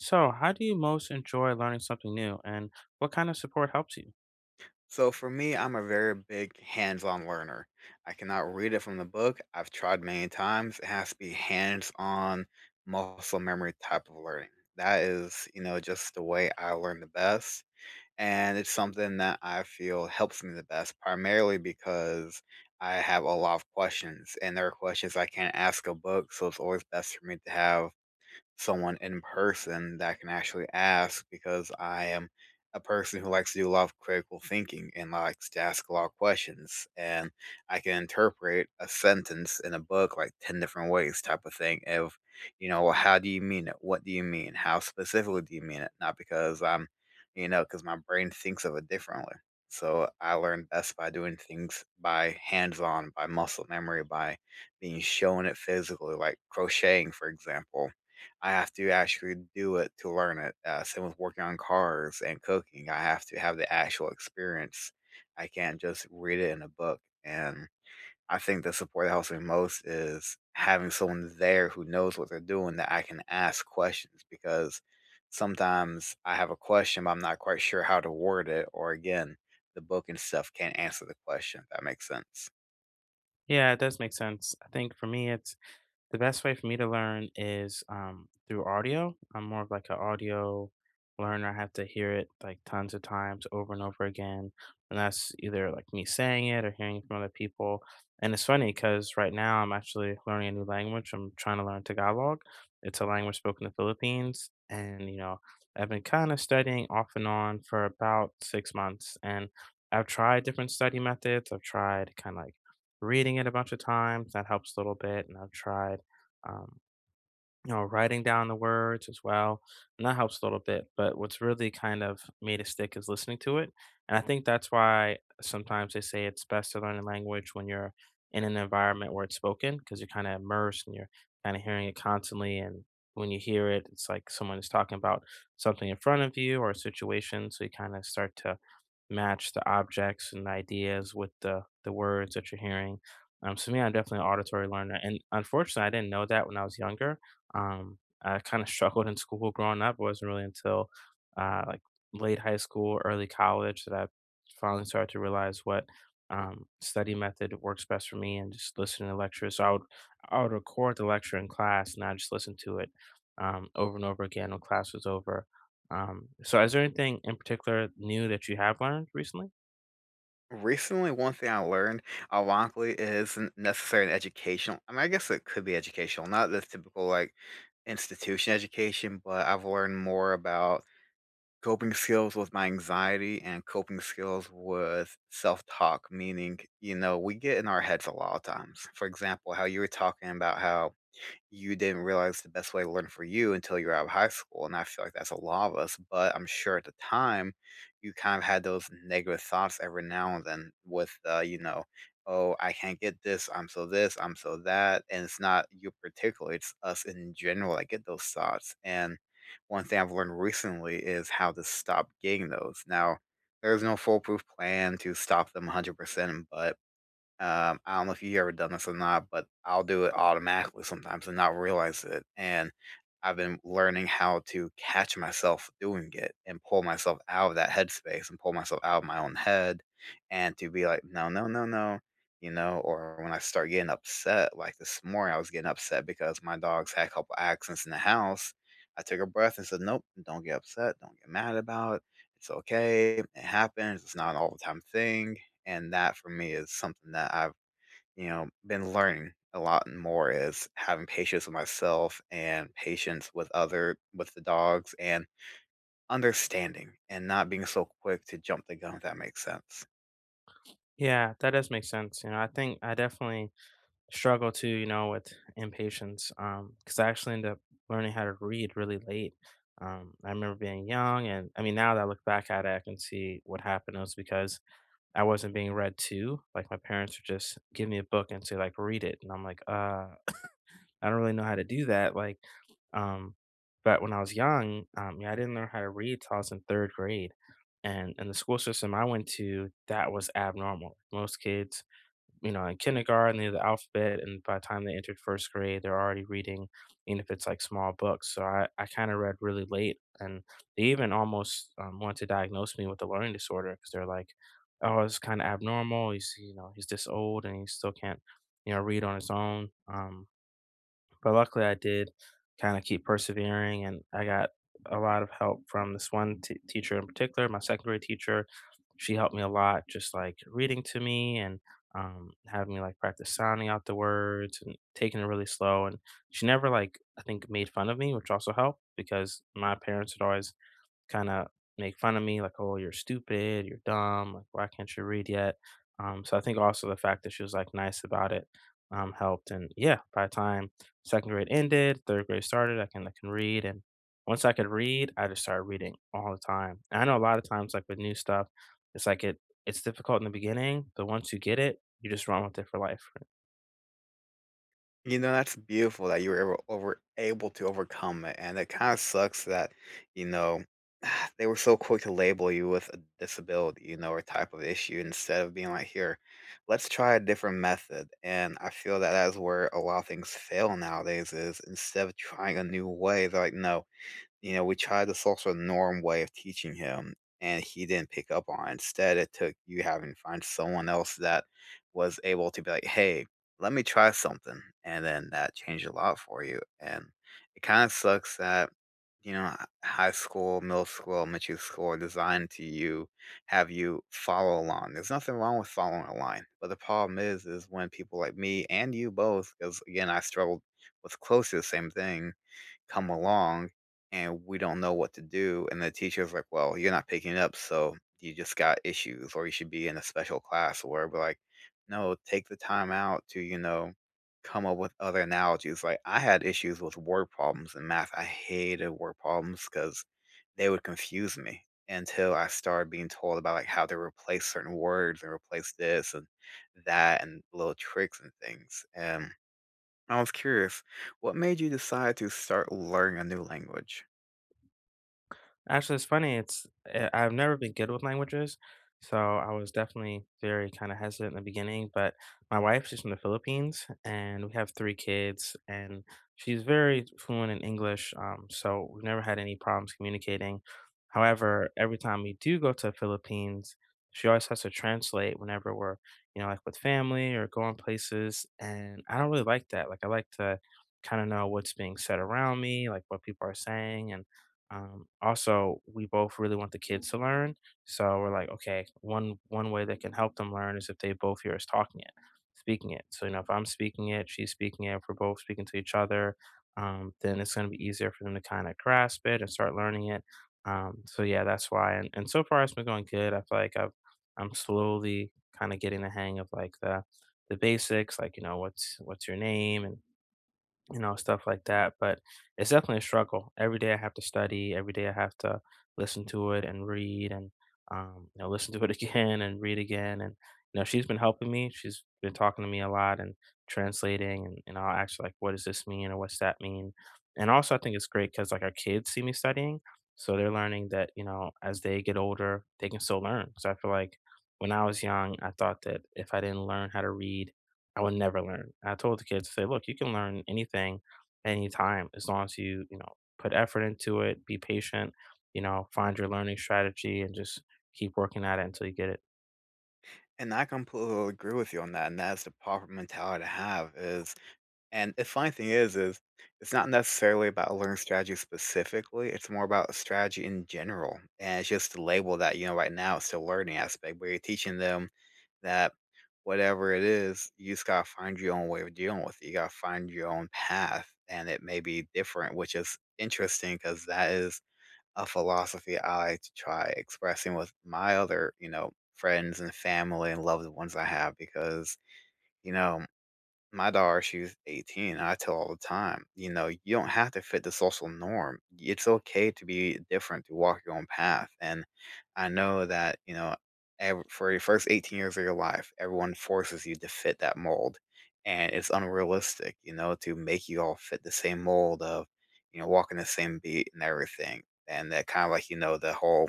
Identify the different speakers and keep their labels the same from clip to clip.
Speaker 1: So, how do you most enjoy learning something new and what kind of support helps you?
Speaker 2: So for me, I'm a very big hands-on learner. I cannot read it from the book. I've tried many times. It has to be hands-on muscle memory type of learning. That is, you know, just the way I learn the best. And it's something that I feel helps me the best, primarily because I have a lot of questions, and there are questions I can't ask a book, so it's always best for me to have someone in person that can actually ask because I am a person who likes to do a lot of critical thinking and likes to ask a lot of questions. And I can interpret a sentence in a book like 10 different ways, type of thing. Of, you know, well, how do you mean it? What do you mean? How specifically do you mean it? Not because I'm, you know, because my brain thinks of it differently. So I learn best by doing things by hands on, by muscle memory, by being shown it physically, like crocheting, for example. I have to actually do it to learn it. Same with working on cars and cooking. I have to have the actual experience. I can't just read it in a book. And I think the support that helps me most is having someone there who knows what they're doing that I can ask questions because sometimes I have a question, but I'm not quite sure how to word it. Or again, the book and stuff can't answer the question. If that makes sense.
Speaker 1: Yeah, it does make sense. I think for me, it's the best way for me to learn is through audio. I'm more of like an audio learner. I have to hear it like tons of times over and over again. And that's either like me saying it or hearing from other people. And it's funny because right now I'm actually learning a new language. I'm trying to learn Tagalog. It's a language spoken in the Philippines. And, you know, I've been kind of studying off and on for about six months. And I've tried different study methods. I've tried kind of like reading it a bunch of times. That helps a little bit. And I've tried um, you know, writing down the words as well, and that helps a little bit. But what's really kind of made it stick is listening to it, and I think that's why sometimes they say it's best to learn a language when you're in an environment where it's spoken because you're kind of immersed and you're kind of hearing it constantly. And when you match the objects and ideas with the words that you're hearing. So me, I'm definitely an auditory learner, and unfortunately, I didn't know that when I was younger. Um, I kind of struggled in school growing up. It wasn't really until like late high school, early college that I finally started to realize what study method works best for me, and just listening to lectures. So I would record the lecture in class, and I just listen to it over and over again when class was over. So is there anything in particular new that you have learned recently?
Speaker 2: Recently, one thing I learned, ironically, it isn't necessarily an educational. I mean, I guess it could be educational, not the typical like institution education, but I've learned more about coping skills with my anxiety and coping skills with self talk, meaning, you know, we get in our heads a lot of times. For example, how you were talking about how you didn't realize the best way to learn for you until you're out of high school. And I feel like that's a lot of us. But I'm sure at the time, you kind of had those negative thoughts every now and then with, you know, oh, I can't get this. I'm so this. I'm so that. And it's not you particularly, it's us in general that get those thoughts. And one thing I've learned recently is how to stop getting those. Now, there's no foolproof plan to stop them 100%, but I don't know if you ever done this or not, but I'll do it automatically sometimes and not realize it. And I've been learning how to catch myself doing it and pull myself out of that headspace and pull myself out of my own head and to be like, no, no, no, no, you know, or when I start getting upset, like this morning, I was getting upset because my dogs had a couple accidents in the house. I took a breath and said, nope, don't get upset. Don't get mad about it. It's okay. It happens. It's not an all the time thing and that for me is something that I've, you know, been learning a lot and more is having patience with myself and patience with other with the dogs and understanding and not being so quick to jump the gun if that makes sense.
Speaker 1: Yeah, that does make sense. You know, I think I definitely struggle too, you know, with impatience. Because I actually ended up learning how to read really late. I remember being young, and I mean, now that I look back at it, I can see what happened. It was because I wasn't being read to. Like my parents would just give me a book and say, like, read it, and I'm like, I don't really know how to do that, um, but when I was young, yeah, I didn't learn how to read till I was in 3rd grade, and in the school system I went to, that was abnormal. Most kids, you know, in kindergarten, they knew the alphabet, and by the time they entered 1st grade, they're already reading, even if it's, like, small books, so I kinda read really late, and they even almost, wanted to diagnose me with a learning disorder because 'cause they're like, "Oh, it's kinda abnormal, he's, you know, he's this old and he still can't, you know, read on his own." But luckily, I did kind of keep persevering, and I got a lot of help from this one teacher in particular, my second grade teacher. She helped me a lot, just like reading to me and having me like practice sounding out the words and taking it really slow. And she never like I think made fun of me, which also helped because my parents had always kinda make fun of me, like, "Oh, you're stupid, you're dumb, like, why can't you read yet?" So I think also the fact that she was, like, nice about it, helped, and yeah, by the time 2nd grade ended, 3rd grade started, I can read, and once I could read, I just started reading all the time. And I know a lot of times, like, with new stuff, it's like it it's difficult in the beginning, but once you get it, you just run with it for life.
Speaker 2: You know, that's beautiful that you were able to overcome it, and it kinda sucks that, you know, they were so quick to label you with a disability, you know, or type of issue instead of being like, "Here, let's try a different method," and I feel that that is where a lot of things fail nowadays is instead of trying a new way, they're like, "No, you know, we tried this also norm way of teaching him, and he didn't pick up on it. Instead, it took you having to find someone else that was able to be like, "Hey, let me try something," and then that changed a lot for you. And it kind of sucks that you know high school, middle school, elementary school are designed to you have you follow along. There's nothing wrong with following a line, but the problem is when people like me and you both, because again, I struggled with close to the same thing come along and we don't know what to do. And the teacher was like, well, you're not picking it up. So you just got issues or you should be in a special class or we're like, no, take the time out to, you know, come up with other analogies. Like I had issues with word problems in math. I hated word problems because they would confuse me until I started being told about like how to replace certain words and replace this and that and little tricks and things. And I was curious, what made you decide to start learning a new language?
Speaker 1: Actually, it's funny. I've never been good with languages, so I was definitely very kind of hesitant in the beginning. But my wife, she's from the Philippines, and we have three kids, and she's very fluent in English. So we've never had any problems communicating. However, every time we do go to the Philippines, she always has to translate whenever we're, you know, like with family or going places. And I don't really like that. Like I like to kind of know what's being said around me, like what people are saying, and also, we both really want the kids to learn, so we're like, okay, one way that can help them learn is if they both hear us talking it, speaking it. So you know, if I'm speaking it, she's speaking it, if we're both speaking to each other, then it's going to be easier for them to kind of grasp it and start learning it. So yeah, that's why. And so far, it's been going good. I feel like I'm slowly kind of getting the hang of like the basics, like you know, what's your name and you know, stuff like that. But it's definitely a struggle. Every day I have to study, every day I have to listen to it and read and you know, listen to it again and read again. And you know, she's been helping me. She's been talking to me a lot and translating and I'll ask her, like, what does this mean or what's that mean? And also I think it's great because like our kids see me studying. So they're learning that, you know, as they get older, they can still learn. Because I feel like when I was young, I thought that if I didn't learn how to read I would never learn. I told the kids, say, look, you can learn anything, anytime, as long as you, you know, put effort into it, be patient, you know, find your learning strategy and just keep working at it until you get it.
Speaker 2: And I completely agree with you on that, and that's the proper mentality to have is and the funny thing is it's not necessarily about learning strategy specifically, it's more about strategy in general. And it's just the label that, you know, right now it's still learning aspect, but you're teaching them that whatever it is, you just gotta find your own way of dealing with it. You gotta find your own path. And it may be different, which is interesting because that is a philosophy I like to try expressing with my other, you know, friends and family and loved ones I have because, you know, my daughter, she's 18, and I tell all the time, you know, you don't have to fit the social norm. It's okay to be different, to walk your own path. And I know that, you know, ev for your first 18 years of your life, everyone forces you to fit that mold. And it's unrealistic, you know, to make you all fit the same mold of, you know, walking the same beat and everything. And that kind of like, you know, the whole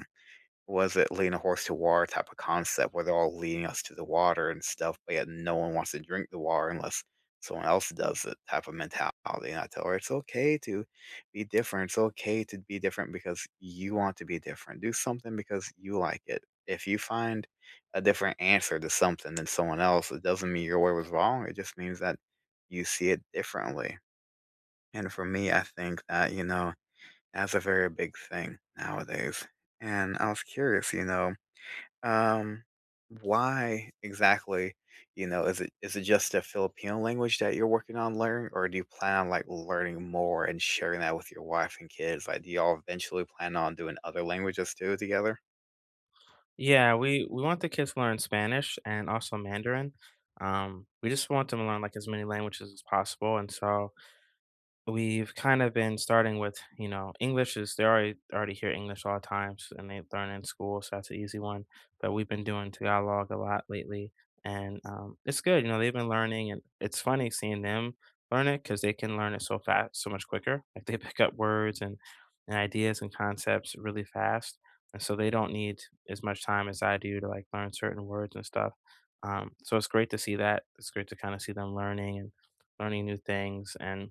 Speaker 2: was it leading a horse to water type of concept where they're all leading us to the water and stuff, but yet no one wants to drink the water unless someone else does it type of mentality. And I tell her it's okay to be different. It's okay to be different because you want to be different. Do something because you like it. If you find a different answer to something than someone else, it doesn't mean your way was wrong. It just means that you see it differently. And for me, I think that, you know, that's a very big thing nowadays. And I was curious, you know, um, why exactly, you know, is it just a Filipino language that you're working on learning, or do you plan on like learning more and sharing that with your wife and kids? Like, do y'all eventually plan on doing other languages too together?
Speaker 1: Yeah, we want the kids to learn Spanish and also Mandarin. We just want them to learn like as many languages as possible. And so we've kind of been starting with, you know, English is they already hear English all the times and they learn in school, so that's an easy one. But we've been doing Tagalog a lot lately, and it's good. You know, they've been learning, and it's funny seeing them learn it because they can learn it so fast, so much quicker. Like they pick up words and ideas and concepts really fast, and so they don't need as much time as I do to like learn certain words and stuff. So it's great to see that. It's great to kind of see them learning and learning new things and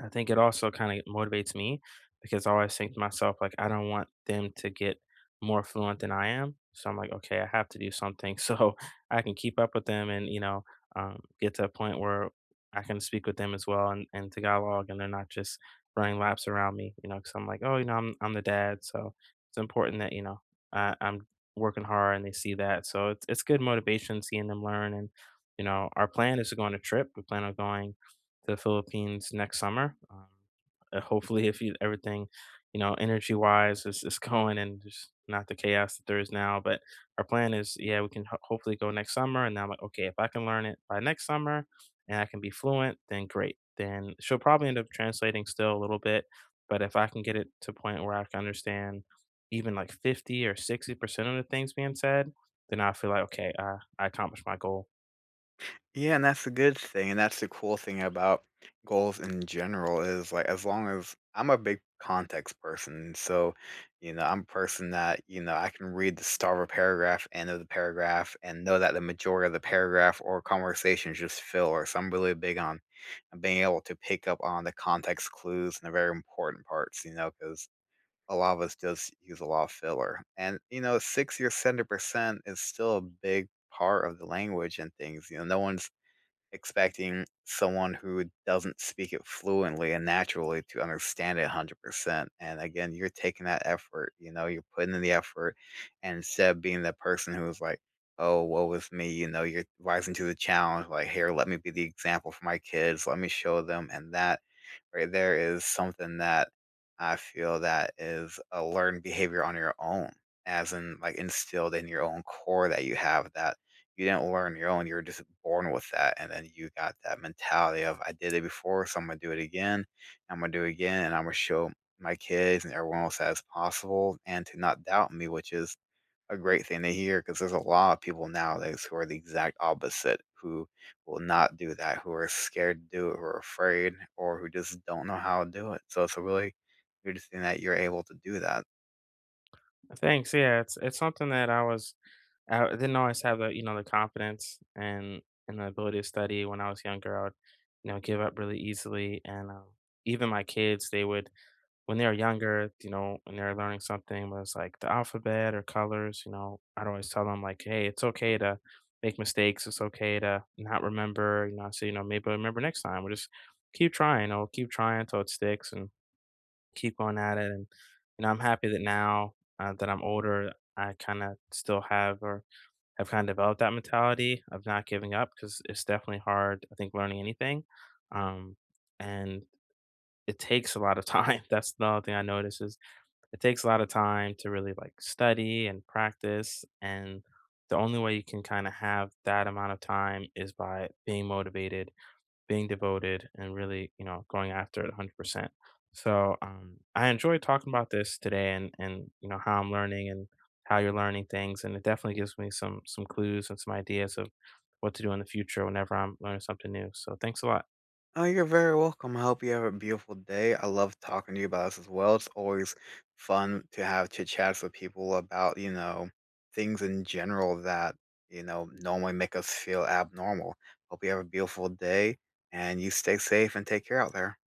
Speaker 1: I think it also kind of motivates me because I always think to myself, like, I don't want them to get more fluent than I am. So I'm like, okay, I have to do something so I can keep up with them and, you know, get to a point where I can speak with them as well and to dialogue and they're not just running laps around me, you know, because I'm like, oh, you know, I'm the dad. So it's important that, you know, I'm working hard and they see that. So it's good motivation seeing them learn. And, you know, our plan is to go on a trip. We plan on going to the Philippines next summer. Hopefully, if you, everything, you know, energy wise is going and just not the chaos that there is now. But our plan is, yeah, we can hopefully go next summer. And now I'm like, okay, if I can learn it by next summer and I can be fluent, then great. Then she'll probably end up translating still a little bit. But if I can get it to a point where I can understand even like 50 or 60% of the things being said, then I feel like, okay, I accomplished my goal.
Speaker 2: Yeah, and that's the good thing, and that's the cool thing about goals in general is like as long as I'm a big context person, so you know I'm a person that you know I can read the start of a paragraph, end of the paragraph, and know that the majority of the paragraph or conversation is just filler. So I'm really big on being able to pick up on the context clues and the very important parts, you know, because a lot of us just use a lot of filler, and you know, 60 or 70% is still a big part of the language and things. You know, no one's expecting someone who doesn't speak it fluently and naturally to understand it 100%, and again, you're taking that effort, you know, you're putting in the effort, and instead of being that person who's like, "Oh, woe is me," you know, you're rising to the challenge, like, "Here, let me be the example for my kids, let me show them," and that right there is something that I feel that is a learned behavior on your own, as in like instilled in your own core that you have that you didn't learn your own. You were just born with that, and then you got that mentality of I did it before, so I'm gonna do it again. I'm gonna do it again, and I'm gonna show my kids and everyone else that it's possible, and to not doubt me, which is a great thing to hear because there's a lot of people nowadays who are the exact opposite, who will not do that, who are scared to do it, who are afraid, or who just don't know how to do it. So it's a really good thing that you're able to do that.
Speaker 1: Thanks. Yeah, it's something that I didn't always have the, you know, the confidence and the ability to study when I was younger. I would, you know, give up really easily, and even my kids, they would when they were younger, you know, when they were learning something was like the alphabet or colors. You know, I'd always tell them like, hey, it's okay to make mistakes. It's okay to not remember. You know, so you know, maybe I'll remember next time. We'll just keep trying. Or keep trying until it sticks, and keep going at it. And you know, I'm happy that now that I'm older, I kind of still have or I've kind of developed that mentality of not giving up because it's definitely hard, I think, learning anything. Um, and it takes a lot of time. That's the other thing I notice is it takes a lot of time to really like study and practice. And the only way you can kind of have that amount of time is by being motivated being devoted and really, you know, going after it 100%. So I enjoyed talking about this today and you know, how I'm learning and how you're learning things. And it definitely gives me some clues and some ideas of what to do in the future whenever I'm learning something new. So thanks a lot.
Speaker 2: Oh, you're very welcome. I hope you have a beautiful day. I love talking to you about this as well. It's always fun to have chit chats with people about, you know, things in general that, you know, normally make us feel abnormal. Hope you have a beautiful day and you stay safe and take care out there.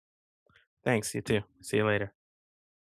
Speaker 1: Thanks. You too. See you later.